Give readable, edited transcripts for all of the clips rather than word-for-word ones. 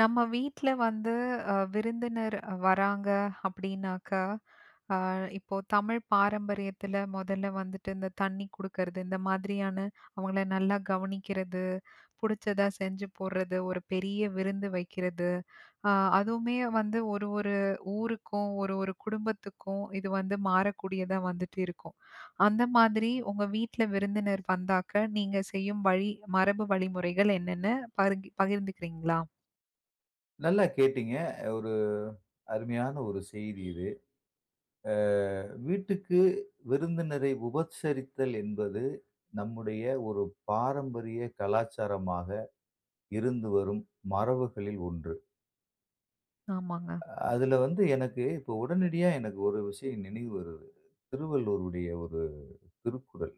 நம்ம வீட்ல வந்து விருந்தினர் வராங்க அப்படின்னாக்கா, அ, இப்போ தமிழ் பாரம்பரியத்துல முதல்ல வந்துட்டு இந்த தண்ணி கொடுக்கறது, இந்த மாதிரியான அவங்கள நல்லா கவனிக்கிறது, பிடிச்சதா செஞ்சு போடுறது, ஒரு பெரிய விருந்து வைக்கிறது, அ, அதுவுமே வந்து ஒரு ஒரு ஊருக்கும் ஒரு ஒரு குடும்பத்துக்கும் இது வந்து மாறக்கூடியதா வந்துட்டு இருக்கும். அந்த மாதிரி உங்க வீட்ல விருந்தினர் வந்தாக்க நீங்க செய்யும் வழி மரபு வழிமுறைகள் என்னென்ன பகிர்ந்துக்கிறீங்களா? நல்லா கேட்டீங்க. ஒரு அருமையான ஒரு செய்தி இது. அ வீட்டுக்கு விருந்தினரை உபசரித்தல் என்பது நம்முடைய ஒரு பாரம்பரிய கலாச்சாரமாக இருந்து வரும் மரபுகளில் ஒன்று. ஆமாங்க. அதுல வந்து எனக்கு இப்போ உடனடியா எனக்கு ஒரு விஷயம் நினைவு வருது. திருவள்ளுவருடைய ஒரு திருக்குறள்.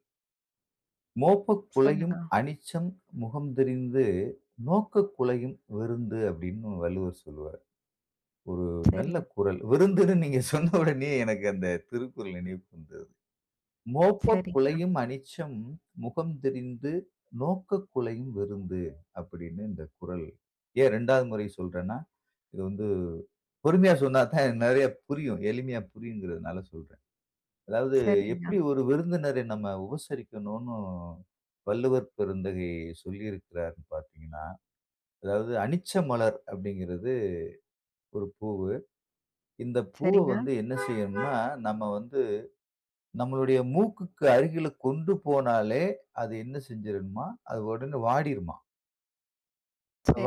"மோப்பக் குழையும் சொல்லுங்க. அனிச்சம் முகம் தெரிந்து நோக்கக் குழையும் விருந்து" அப்படின்னு வள்ளுவர் சொல்லுவார். ஒரு நல்ல சரிங்க, குறள். விருந்துன்னு நீங்க சொன்ன உடனே எனக்கு அந்த திருக்குறள் நினைவுக்கு வந்தது. "மோப்பக் சரிங்க, குழையும் அனிச்சம் முகம் தெரிந்து நோக்கக் குழையும் விருந்து" அப்படின்னு இந்த குறள். ஏன் 2வது முறை சொல்றேன்னா, இது வந்து பொறுமையா சொன்னா தான் நெறைய புரியும். எளிமையா புரியுங்கிறதுனால சொல்றேன். அதாவது சரிங்க, எப்படி ஒரு விருந்தினரை நம்ம உபசரிக்கணும்னு வள்ளுவர் பெருந்தகை சொல்லியிருக்கிறார்ன்னு பார்த்தீங்கன்னா, அதாவது "அனிச்ச மலர்" அப்படிங்கிறது ஒரு பூவு. இந்த பூவ சரிங்க, வந்து என்ன செய்யணும்னா, நம்ம வந்து நம்மளுடைய மூக்குக்கு அருகில கொண்டு போனாலே, அது என்ன செஞ்சிரும்மா, அது உடனே வாடிருமா.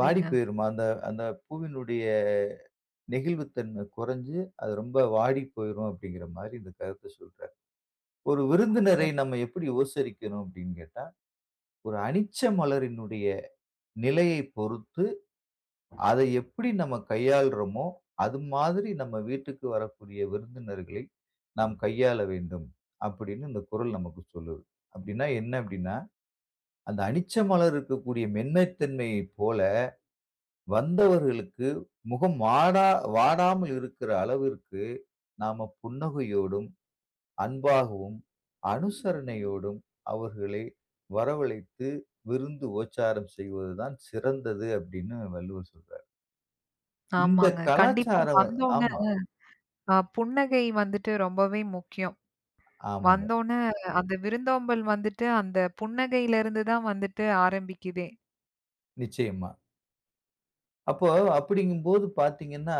வாடி போயிருமா. அந்த அந்த பூவினுடைய நெகிழ்வுத்தன்மை குறைஞ்சு, அது ரொம்ப வாடி போயிரும் அப்படிங்கிற மாரி இந்த கருத்த சொல்றாரு. ஒரு விருந்தினரை நம்ம எப்படி உபசரிக்கணும் அப்படின்னு கேட்டா, ஒரு அனிச்ச மலரினுடைய நிலையைப் பொறுத்து அதை எப்படி நம்ம கையாள்றோமோ, அது மாதிரி நம்ம வீட்டுக்கு வரக்கூடிய விருந்தினர்களை நாம் கையாள வேண்டும். அப்படின்னு இந்த குறள் நமக்கு சொல்லுது. அப்படின்னா என்ன அப்படின்னா, அந்த அனிச்ச மலர் இருக்கக்கூடிய மென்மைத்தன்மையைப் போல, வந்தவர்களுக்கு முகம் வாடா வாடாமல் இருக்கிற அளவிற்கு, நாம புன்னகையோடும், அன்பாகவும், அனுசரணையோடும் அவர்களை வரவழைத்து விருந்து உபச்சாரம் செய்வது தான் சிறந்தது அப்படின்னு வள்ளுவர் சொல்றார். இந்த ஆமாங்க. கண்டிப்பா கலாச்சாரம் வ வந்தோனே. ஆமா, புன்னகை வந்துட்டு ரொம்பவே முக்கியம். ஆமாங்க. வந்தோனே அந்த விருந்தோம்பல் வந்துட்டு அந்த புன்னகையிலருந்து தான் வந்துட்டு ஆரம்பிக்குதே. நிச்சயமா. அப்போ அப்படிங்கும்போது பார்த்தீங்கன்னா,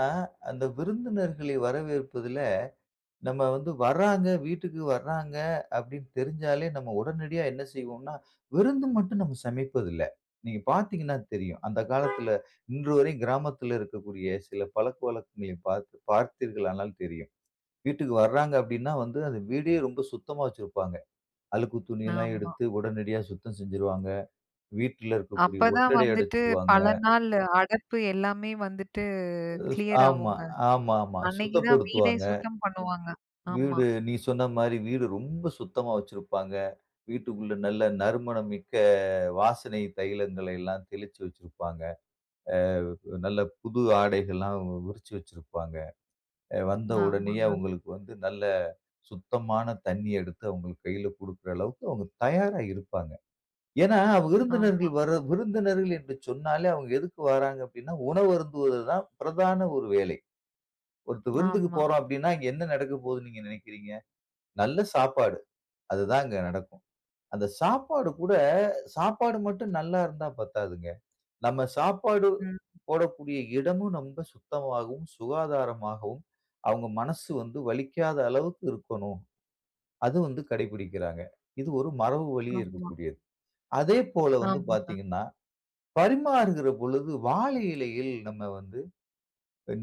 அந்த விருந்தினர்களை வரவேற்பதில நம்ம வந்து வர்றாங்க, வீட்டுக்கு வர்றாங்க அப்படின்னு தெரிஞ்சாலே நம்ம உடனடியா என்ன செய்வோம்னா, விருந்து மட்டும் நம்ம சமைப்பதில்ல. நீங்க பார்த்தீங்கன்னா தெரியும். அந்த காலத்தில இன்று வரை கிராமத்தில இருக்கக்கூடிய சில பழக்கவழக்கங்களை பார்த்து பார்த்தீர்களானால் தெரியும். வீட்டுக்கு வர்றாங்க அப்படின்னா வந்து, அந்த வீடே ரொம்ப சுத்தமா வச்சிருப்பாங்க. அழுக்கு துணியெல்லாம் ஆமா. எடுத்து உடனடியா சுத்தம் செஞ்சுருவாங்க. வீட்ல இருக்கக்கூடிய அப்பதான் ஒட்டடை வந்துட்டு அடிச்சுருவாங்க. பல நாள் அடைப்பு எல்லாமே வந்துட்டு கிளியர் ஆமா, ஆகுங்க. ஆமா, ஆமா. அன்னைக்கு தான் வீடே சுத்தப்படுத்துவாங்க. சுத்தம் பண்ணுவாங்க. ஆமா, வீடு நீ சொன்ன மாரி வீடு ரொம்ப சுத்தமா வச்சிருப்பாங்க. வீட்டுக்குள்ள நல்ல நறுமணம் மிக்க வாசனை தைலங்களை எல்லாம் தெளிச்சு வச்சிருப்பாங்க. நல்ல புது ஆடைகள்லாம் விரிச்சு வச்சிருப்பாங்க. வந்த உடனேயே ஆமாங்க. அவங்களுக்கு வந்து நல்ல சுத்தமான தண்ணி எடுத்து அவங்க கையில குடுக்குற அளவுக்கு அவங்க தயாரா இருப்பாங்க. ஏன்னா அவங்க ஆமா, விருந்தினர்கள் என்று சொன்னாலே அவங்க எதுக்கு வராங்க அப்டின்னா, உணவு அருந்துவது தான் பிரதான ஒரு வேலை. ஒருத்த விருந்துக்கு ஆமா. போறோம் அப்படின்னா, அங்க என்ன நடக்க போகுதுன்னு நீங்க நினைக்கிறீங்க? நல்ல சாப்பாடு. அதுதான் அங்க நடக்கும். அந்த சாப்பாடு கூட சாப்பாடு மட்டும் நல்லா இருந்தா பத்தாதுங்க. நம்ம சாப்பாடு ம். போடக்கூடிய இடமும் ரொம்ப சுத்தமாகவும், சுகாதாரமாகவும், அவங்க மனசு வந்து வலிக்காத அளவுக்கு இருக்கணும். அது வந்து கடைபிடிக்கிறாங்க. இது ஒரு மரபு வழி ஆமா, இருக்கக்கூடியது. அதே போல வந்து ஆமா. பார்த்தீங்கன்னா, பரிமாறுகிற பொழுது வாழை இலையில் நம்ம வந்து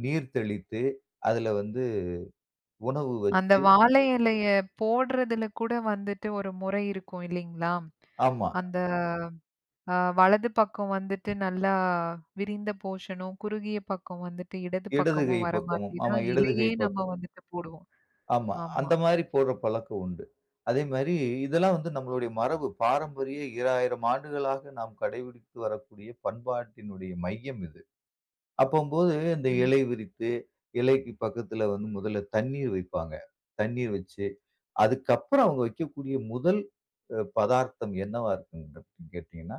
நீர் தெளித்து, அதுல வந்து உணவு அந்த வச்சு வாழை இலைய போடுறதுல கூட வந்துட்டு ஒரு முறை இருக்கும் இல்லைங்களா? ஆமா. அந்த வலது பக்கம் வந்துட்டு நல்லா விரிந்த போர்ஷனும், குறுகிய பக்கம் வந்துட்டு இடது இடது கை பக்கமும் வர பக்கமும். மாதிரி ஆமா, தான் இடது கை இலையே நம்ம பக்கம். வந்துட்டு போடுவோம். ஆமா. ஆமா. அந்த மாரி போடுற பழக்கம் உண்டு. அதே மாரி இதெல்லாம் வந்து நம்மளுடைய மரபு. பாரம்பரிய 2000 ஆண்டுகளாக நாம் கடைபிடித்து வரக்கூடிய பண்பாட்டினுடைய மையம் இது. அப்பம்போது இந்த ம். இலை விரித்து, இலைக்கு பக்கத்துல வந்து முதல்ல தண்ணீர் வைப்பாங்க. தண்ணீர் வச்சு, அதுக்கப்புறம் அவங்க வைக்கக்கூடிய முதல் பதார்த்தம் என்னவா இருக்குன்னு கேட்டீங்கன்னா,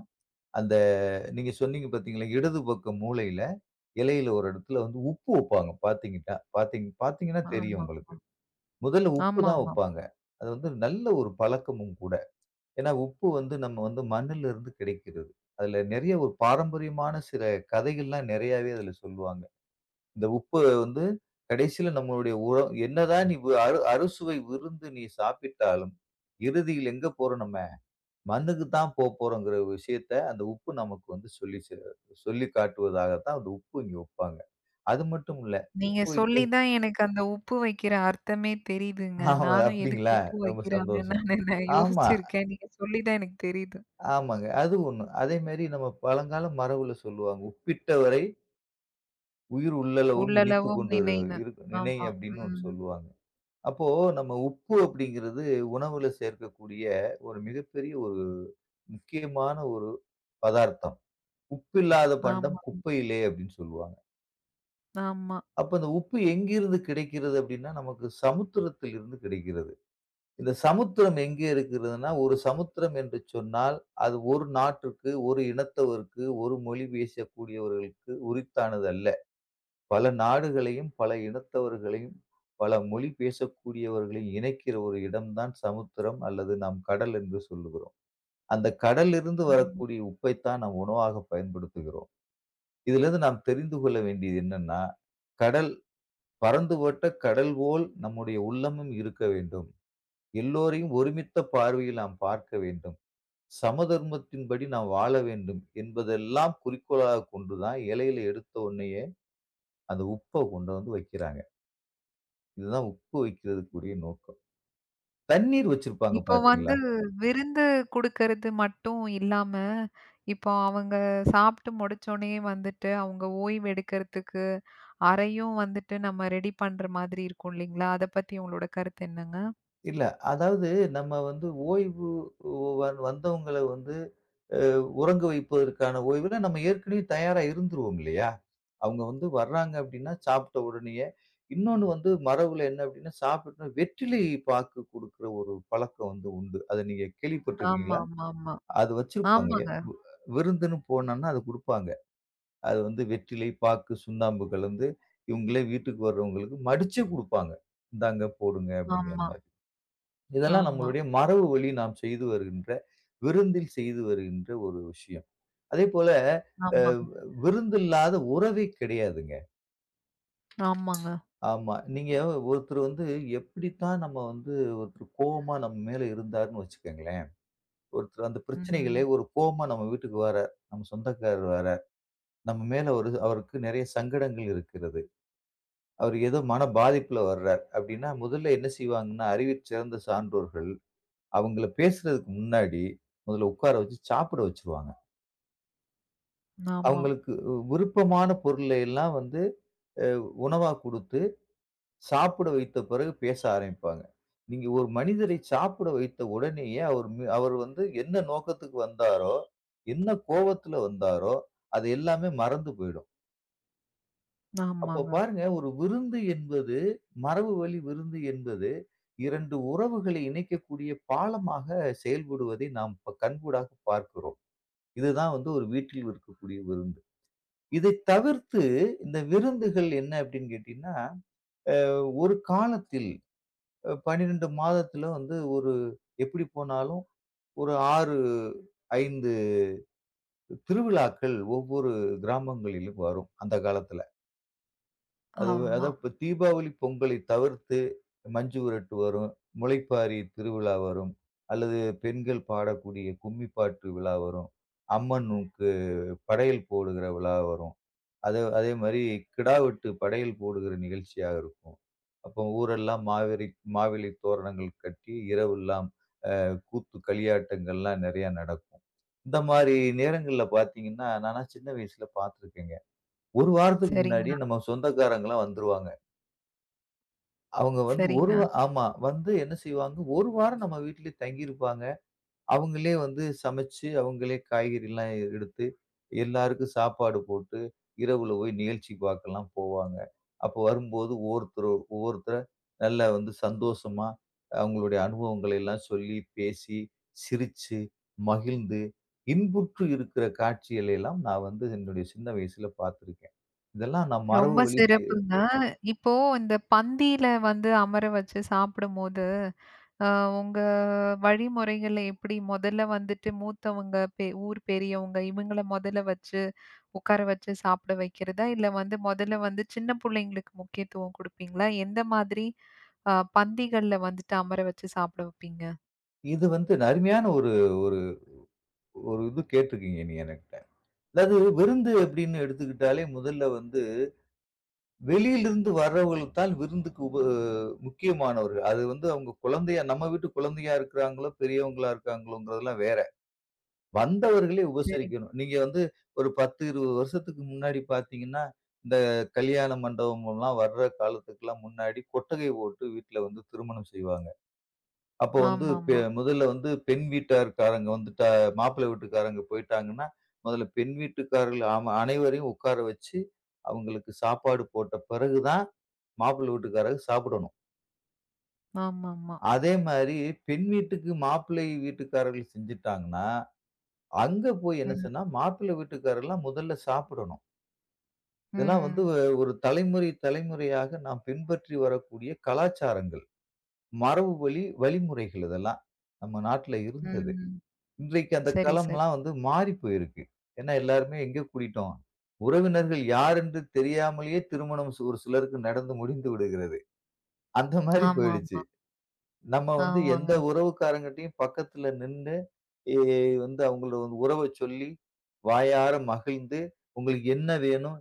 அந்த நீங்க சொன்னீங்க பார்த்தீங்களா, இடது பக்கம் மூலையில, இலையில ஒரு இடத்துல வந்து உப்பு வைப்பாங்க பார்த்தீங்கன்னா தெரியும் ஆமா. உங்களுக்கு. முதல்ல உப்பு தான் ஆமாமா. வைப்பாங்க. அது வந்து நல்ல ஒரு பழக்கமும் கூட. ஏன்னா உப்பு வந்து நம்ம வந்து மண்ணிலிருந்து கிடைக்கிறது. அதுல நெறைய ஒரு பாரம்பரியமான சில கதைகள்லாம் நெறையாவே அதுல சொல்லுவாங்க. இந்த உப்பு வந்து கடைசியில நம்மளுடைய உரம் என்னதான் நீ வு- அறு அறுசுவை விருந்து நீ சாப்பிட்டாலும், இறுதியில் எங்க போறோம் நம்ம? மண்ணுக்கு தான் போப் போறோங்கிற விஷயத்த அந்த உப்பு நமக்கு வந்து சொல்லி காட்டுவதாகத்தான் அந்த உப்பு இங்க வைப்பாங்க. அது மட்டும் இல்ல. நீங்க உப்பு வைக்க சொல்லி தான் எனக்கு அந்த உப்பு வைக்கிற அர்த்தமே தெரியுதுங்க. ஆமா நானும் எதுக்கு அப்டிங்களா? உப்பு ரொம்ப வைக்கிறாங்கன்னு சந்தோஷம். நான் ஆமா, யோசிச்சிருக்கேன். நீங்க சொல்லி தான் எனக்கு தெரியுது. ஆமாங்க. அது ஒண்ணு. அதேமாரி நம்ம பழங்கால மரபுல சொல்லுவாங்க. "உப்பிட்டவரை உயிர் உள்ளளவும் இனித்துக் உள்ளளவும் கொண்டு நினைன்னு. நினை" ஆமா. அப்டின்னு ஒண்ணு ம். சொல்லுவாங்க. அப்போ நம்ம உப்பு அப்டிங்கிறது உணவுல சேர்க்கக்கூடிய ஒரு மிகப்பெரிய ஒரு முக்கியமான ஒரு பதார்த்தம். உப்பில்லாத பண்டம் ஆமா, குப்பையிலே அப்படின்னு சொல்லுவாங்க. ஆமா, அப்ப அந்த உப்பு எங்கிருந்து கிடைக்கிறது அப்படின்னா, நமக்கு சமுத்திரத்தில் இருந்து கிடைக்கிறது. இந்த சமுத்திரம் எங்கே இருக்கிறதுன்னா, ஒரு சமுத்திரம் என்று சொன்னால், அது ஒரு நாட்டிற்கு, ஒரு இனத்தவருக்கு, ஒரு மொழி பேசக்கூடியவர்களுக்கு உரித்தானது அல்ல. பல நாடுகளையும், பல இனத்தவர்களையும், பல மொழி பேசக்கூடியவர்களையும் இணைக்கிற ஒரு இடம் தான் சமுத்திரம் அல்லது நாம் கடல் என்று சொல்லுகிறோம். அந்த கடலிலிருந்து ஆமா. வரக்கூடிய உப்பைத்தான் நாம் உணவாக பயன்படுத்துகிறோம். இதிலிருந்து நாம் தெரிந்து கொள்ள வேண்டியது என்னன்னா, கடல் பரந்துபட்ட கடல் போல் நம்முடைய உள்ளமும் இருக்க வேண்டும். எல்லோரையும் ஒருமித்த பார்வையில் நாம் பார்க்க வேண்டும். சமதர்மத்தின்படி நாம் வாழ வேண்டும் என்பதெல்லாம் குறிக்கோளாகக் கொண்டு தான் இலையில எடுத்த உடனேயே அந்த உப்ப கொண்டு வந்து வைக்கிறாங்க. இதுதான் உப்பு வைக்கிறதுக்குரிய நோக்கம். தண்ணீர் வச்சிருப்பாங்க இப்போ வந்து பார்த்தீங்களா? விருந்து குடுக்கறது மட்டும் இல்லாம, இப்போ அவங்க சாப்பிட்டு முடிச்சோனே வந்துட்டு, அவங்க ஓய்வு எடுக்கறதுக்கு அறையும் வந்துட்டு நம்ம ரெடி பண்ற மாதிரி இருக்கும் இல்லைங்களா? அத பத்தி உங்களோட கருத்து என்னங்க? இல்ல. அதாவது நம்ம வந்து ஓய்வு வந் வந்தவங்கள வந்து அ உறங்க வைப்பதற்கான ஓய்வுல நம்ம ஏற்கனவே தயாரா இருந்துருவோம் இல்லையா? அவங்க வந்து வர்றாங்க அப்டின்னா, சாப்பிட்ட உடனேயே இன்னொன்னு வந்து மரபுல என்ன அப்டின்னா, சாப்பிட்ட வெற்றிலை பாக்கு குடுக்குற ஒரு பழக்கம் வந்து உண்டு. அத நீங்க ஆமா, கேள்விப்பட்டுருக்கீங்களா? ஆமா, ஆமா. அது வச்சிருப்பாங்க. ஆமாங்க. விருந்துன்னு போனோம்னா அது குடுப்பாங்க. அது வந்து வெற்றிலை, பாக்கு, சுண்ணாம்பு கலந்து இவங்களே வீட்டுக்கு வர்றவங்களுக்கு மடிச்சு குடுப்பாங்க. இந்தாங்க போடுங்க அப்டிங்கிற ஆமா, மாரி. இதெல்லாம் ஆமா, நம்மளுடைய மரபு வழி நாம் செய்து வருகின்ற, விருந்தில் செய்து வருகின்ற ஒரு விஷயம். அதேபோல அ ஆமாங்க, விருந்தில்லாத உறவே கிடையாதுங்க. ஆமாங்க. ஆமா. நீங்க ஒருத்தர் வந்து எப்படித்தான் நம்ம வந்து ஒருத்தர் கோவமா நம்ம மேல இருந்தாருன்னு வச்சுக்கங்களேன். ஒருத்தர் அந்த பிரச்சனைகளே ம். ஒரு கோவமா நம்ம வீட்டுக்கு வரார். நம்ம சொந்தக்காரர் வரார். நம்ம மேல ஒரு அவருக்கு நெறைய சங்கடங்கள் இருக்கிறது. அவர் ஏதோ மன பாதிப்புல வர்றார். அப்படின்னா முதல்ல என்ன செய்வாங்கன்னா, அறிவிற் சிறந்த சான்றோர்கள் அவங்கள பேசுறதுக்கு முன்னாடி, முதல்ல உட்கார வச்சு சாப்பிட வச்சுருவாங்க. ஆமா, அவங்களுக்கு விருப்பமான பொருளை எல்லாம் வந்து அ உணவா குடுத்து, சாப்பிட வைத்த பிறகு பேச ஆரம்பிப்பாங்க. நீங்க ஒரு மனிதரை சாப்பிட வைத்த உடனேயே அவர் வந்து என்ன நோக்கத்துக்கு வந்தாரோ, என்ன கோவத்துல வந்தாரோ, அது எல்லாமே மறந்து போயிடும். அப்போ ஆமாங்க. பாருங்க ஒரு விருந்து என்பது, மரபுவழி விருந்து என்பது 2 உறவுகளை இணைக்கக்கூடிய பாலமாக செயல்படுவதை நாம் இப்ப கண்கூடாக பார்க்கிறோம். இதுதான் வந்து ஒரு வீட்டில் இருக்கக்கூடிய விருந்து. இதை தவிர்த்து இந்த விருந்துகள் என்ன அப்படின்னு கேட்டீங்கன்னா, அ ஒரு காலத்தில் 12 மாதத்துல வந்து ஒரு எப்படி போனாலும் ஒரு 6, 5 திருவிழாக்கள் ஒவ்வொரு கிராமங்களிலும் வரும் அந்த காலத்துல. அது ஆமா. அதான் இப்ப தீபாவளி, பொங்கலை தவிர்த்து மஞ்சு விரட்டு வரும், முளைப்பாரி திருவிழா வரும், அல்லது பெண்கள் பாடக்கூடிய கும்மி பாட்டு விழா வரும், அம்மனுக்கு படையல் போடுகிற விழா வரும். அது அதே மாரி கிடா வெட்டு படையல் போடுகிற நிகழ்ச்சியா இருக்கும். அப்போ ஊரெல்லாம் மாவேலி தோரணங்கள் கட்டி இரவெல்லாம் கூத்து களியாட்டங்கள்லாம் நெறையா நடக்கும். இந்த மாரி நேரங்கள்ல பார்த்தீங்கன்னா, நான்லாம் சின்ன வயசுல பார்த்துருக்கேங்க. ஒரு வாரத்துக்கு சரிங்க, முன்னாடியே நம்ம சொந்தக்காரங்கலாம் வந்துருவாங்க. அவங்க வந்து ஒரு சரிங்க. வா ஆமா. வந்து என்ன செய்வாங்க, ஒரு வாரம் நம்ம வீட்லயே தங்கியிருப்பாங்க. அவங்களே வந்து சமைச்சு, அவங்களே காய்கறிலாம் எடுத்து, எல்லாருக்கும் சாப்பாடு போட்டு, இரவுல போய் நிகழ்ச்சி பார்க்கலாம் போவாங்க. அப்போ வரும்போது ஒவ்வொருத்தரா நல்லா வந்து சந்தோஷமா, அவங்களுடைய அனுபவங்களை எல்லாம் சொல்லி, பேசி, சிரிச்சு, மகிழ்ந்து, இன்புற்று இருக்கிற காட்சிகளை எல்லாம் நான் வந்து என்னுடைய சின்ன வயசுல பார்த்துருக்கேன். இதெல்லாம் நான் மரபு ரொம்ப வழி செ சிறப்புங்க. இப்போ இந்த பந்தியில வந்து அமர வச்சு சாப்பிடும்போது, அ உங்க வழிமுறைகள்ல எப்படி முதல்ல வந்துட்டு மூத்தவங்க, ஊர் பெரியவங்க இவங்கள முதல்ல வச்சு உட்கார வச்சு சாப்பிட வைக்கிறதா? இல்ல வந்து முதல்ல வந்து சின்ன புள்ளைங்களுக்கு முக்கியத்துவம் குடுப்பீங்களா? எந்த மாதிரி அ பந்திகள்ல வந்துட்டு அமர வச்சு சாப்பிட வைப்பீங்க? இது வந்து அருமையான ஒரு ஒரு ஒரு இது கேட்டிருக்கீங்க நீங்க என்கிட்ட. அதாவது விருந்து அப்படின்னு எடுத்துக்கிட்டாலே முதல்ல வந்து வெளியிலிருந்து வர்றவர்கள் தான் விருந்துக்கு உப முக்கியமானவர்கள். அது வந்து அவங்க குழந்தையா நம்ம வீட்டு குழந்தையா இருக்கிறாங்களோ, பெரியவங்களா இருக்காங்களோங்கிறதெல்லாம் வேற. வந்தவர்களே சரி. உபசரிக்கணும். நீங்க வந்து ஒரு 10, 20 வருஷத்துக்கு முன்னாடி பார்த்தீங்கன்னா, இந்த கல்யாண மண்டபம்லாம் வர்ற காலத்துக்குலாம் முன்னாடி கொட்டகை போட்டு வீட்ல வந்து திருமணம் செய்வாங்க. அப்போ வந்து ஆமாமா. முதல்ல வந்து பெண் வீட்டார்காரங்க வந்துட்டா மாப்பிள்ளை வீட்டுக்காரங்க போயிட்டாங்கன்னா, முதல்ல பெண் வீட்டுக்காரர்கள் ஆமா அனைவரையும் உட்கார வச்சு, அவங்களுக்கு சாப்பாடு போட்ட பிறகு தான் மாப்பிள்ளை வீட்டுக்காரங்க சாப்பிடணும். ஆமாமா. அதே மாரி பெண் வீட்டுக்கு மாப்பிள்ளை வீட்டுக்காரர்கள் செஞ்சுட்டாங்கன்னா, அங்க போய் என்ன ம். செய்யணும்னா, மாப்பிள்ளை வீட்டுக்காரர்லாம் முதல்ல சாப்பிடணும். இதெல்லாம் வந்து ம். ஒ- ஒரு தலைமுறை தலைமுறையாக நாம் பின்பற்றி வரக்கூடிய கலாச்சாரங்கள். மரபுவழி வழிமுறைகள் இதெல்லாம். நம்ம நாட்ல இருந்தது. ம். இன்றைக்கு அந்த சரி, சரி. களம்லாம் வந்து மாறி போயிருக்கு. ஏன்னா எல்லாருமே எங்க கூடிட்டோம்? உறவினர்கள் யார் என்று தெரியாமலேயே ஒரு சிலருக்கு நடந்து முடிந்து விடுகிறது. அந்த மாரி போயிடுச்சு. ஆமாமா. நம்ம வந்து எந்த ஆமாங்க. உறவுக்காரங்கிட்டயும் பக்கத்துல நின்னு, எ வந்து அவங்களோட உறவ சொல்லி, வாயார மகிழ்ந்து, உங்களுக்கு என்ன வேணும்?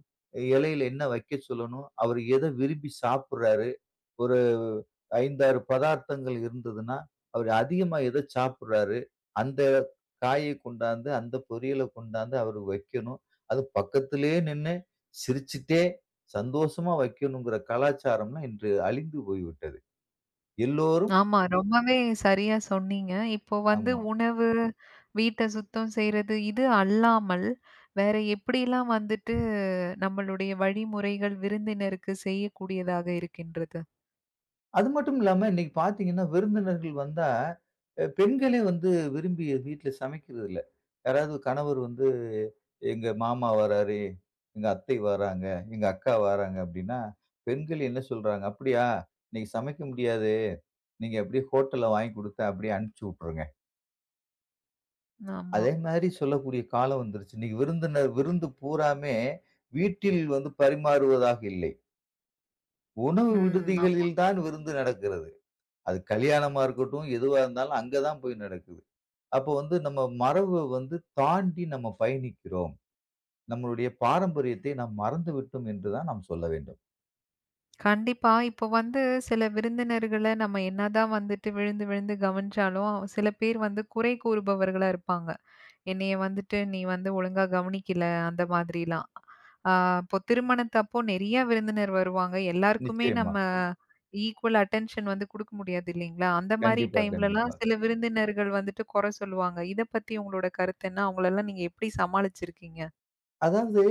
இலையில என்ன வைக்க சொல்லணும்? அவரு எத விரும்பி சாப்பிடுறாரு? ஒரு 5, 6 பதார்த்தங்கள் இருந்ததுன்னா, அவரு அதிகமா எத சாப்பிடுறாரு? அந்த காயை கொண்டாந்து, அந்த பொரியல கொண்டாந்து அவருக்கு வைக்கணும். அது பக்கத்திலேயே நின்னு, சிரிச்சுட்டே, சந்தோஷமா வைக்கணுங்கிற கலாச்சாரம்லாம் இன்று அழிந்து போய்விட்டது. எல்லோரும் ஆமா. ரொம்பவே சரியா சொன்னீங்க. இப்போ வந்து ஆமா. உணவு, வீட்ட சுத்தம் செய்றது இது அல்லாமல், வேற எப்படிலாம் வந்துட்டு நம்மளுடைய வழிமுறைகள் விருந்தினருக்கு செய்யக்கூடியதாக இருக்கின்றது. அது மட்டும் இல்லாம, இன்னைக்கு பார்த்தீங்கன்னா, விருந்தினர்கள் வந்தா, பெண்களே வந்து விரும்பி வீட்ல சமைக்கிறது இல்ல. யாராவது கணவர் வந்து, "எங்க மாமா வராரு, எங்க அத்தை வராங்க, எங்க அக்கா வராங்க" அப்படின்னா, பெண்கள் என்ன சொல்றாங்க, "அப்படியா? இன்னைக்கு சமைக்க முடியாது. நீங்க அப்படியே ஹோட்டல்ல வாங்கி குடுத்து அப்படியே அனுப்பிச்சு விட்டுருங்க." ஆமா. அதே மாரி சொல்லக்கூடிய காலம் வந்துருச்சு. இன்னைக்கு விருந்தினர் விருந்து பூராமே வீட்டில் வந்து பரிமாறுவதாக இல்லை. உணவு ம். ஆமா. விடுதிகளில் தான் விருந்து நடக்கிறது. அது கல்யாணமா இருக்கட்டும், எதுவா இருந்தாலும் அங்க தான் போய் நடக்குது. அப்போ வந்து நம்ம மரபு வந்து தாண்டி நம்ம பயணிக்கிறோம். நம்மளுடைய பாரம்பரியத்தை நாம் மறந்துவிட்டோம் என்று தான் நாம் சொல்ல வேண்டும். கண்டிப்பா. இப்போ வந்து சில விருந்தினர்கள நம்ம என்னதான் வந்துட்டு விழுந்து விழுந்து கவனிச்சாலும், சில பேர் வந்து குறை கூறுபவர்களா இருப்பாங்க. என்னைய வந்துட்டு, "நீ வந்து ஒழுங்கா கவனிக்கல." அந்த மாதிரிலாம். ஆ இப்போ திருமணத்தப்போ நெறைய விருந்தினர் வருவாங்க. எல்லாருக்குமே நிச்சயமா. நம்ம ஈக்குவல் அட்டென்ஷன் வந்து குடுக்க முடியாது இல்லைங்களா? அந்த மாரி கண்டிப்பா, டைம்லலாம் கண்டிப்பா. சில விருந்தினர்கள் வந்துட்டு கொற சொல்லுவாங்க. இத பத்தி உங்களோட கருத்து என்ன? அவங்களலாம் நீங்க எப்படி சமாளிச்சிருக்கீங்க? அதாவது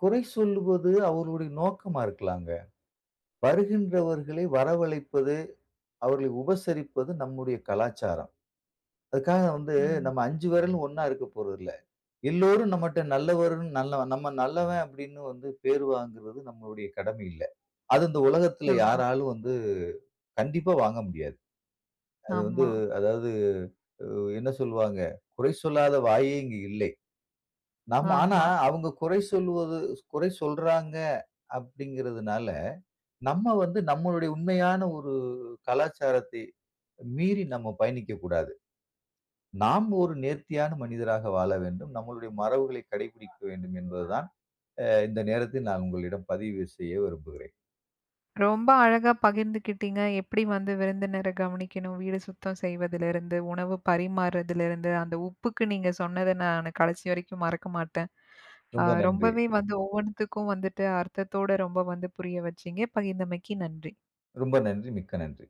குறை சொல்லுவது அவர்களுடைய நோக்கமா இருக்கலாங்க. வருகின்றவர்களை வரவழைப்பது, அவர்களை உபசரிப்பது நம்முடைய கலாச்சாரம். அதுக்காக வந்து ம். நம்ம 5 விரலும் ஒண்ணா இருக்க போறதில்ல. எல்லோரும் நம்மட்ட நல்லவர்ன்னு நல்ல நம்ம நல்லவன் அப்படின்னு வந்து பேர் வாங்குறது நம்மளுடைய கடமை இல்ல. அது இந்த உலகத்துல ஆமா, யாராலும் வந்து கண்டிப்பா வாங்க முடியாது. அது வந்து ஆமா, அதாவது அ என்ன சொல்லுவாங்க, குறை சொல்லாத வாயே இங்கு இல்லை. நம்ம ஆனா ஆமா. அவங்க குறை சொல்வது குறை சொல்றாங்க அப்படிங்கிறதுனால, நம்ம வந்து நம்மளுடைய உண்மையான ஒரு கலாச்சாரத்தை மீறி நம்ம பயணிக்கக்கூடாது. நாம் ஒரு நேர்த்தியான மனிதராக வாழ வேண்டும். நம்மளுடைய மரபுகளை கடைபிடிக்க வேண்டும் என்பதுதான், இந்த நேரத்தில் நான் உங்களிடம் பதிவு செய்ய விரும்புகிறேன். ரொம்ப அழகா பகிர்ந்துக்கிட்டீங்க. எப்படி வந்து விருந்தினர கவனிக்கணும், வீடு சுத்தம் செய்வதிலிருந்து, உணவு பரிமாறுறதுலருந்து, அந்த உப்புக்கு நீங்க சொன்னத நான் கடைசி வரைக்கும் மறக்க மாட்டேன். ரொம்ப நன்றி. ரொம்பவே வந்து ஒவ்வொன்த்துக்கும் வந்துட்டு அர்த்தத்தோட ரொம்ப வந்து புரிய வச்சீங்க. பகிர்ந்தமைக்கு நன்றி. ரொம்ப நன்றி. மிக்க நன்றி.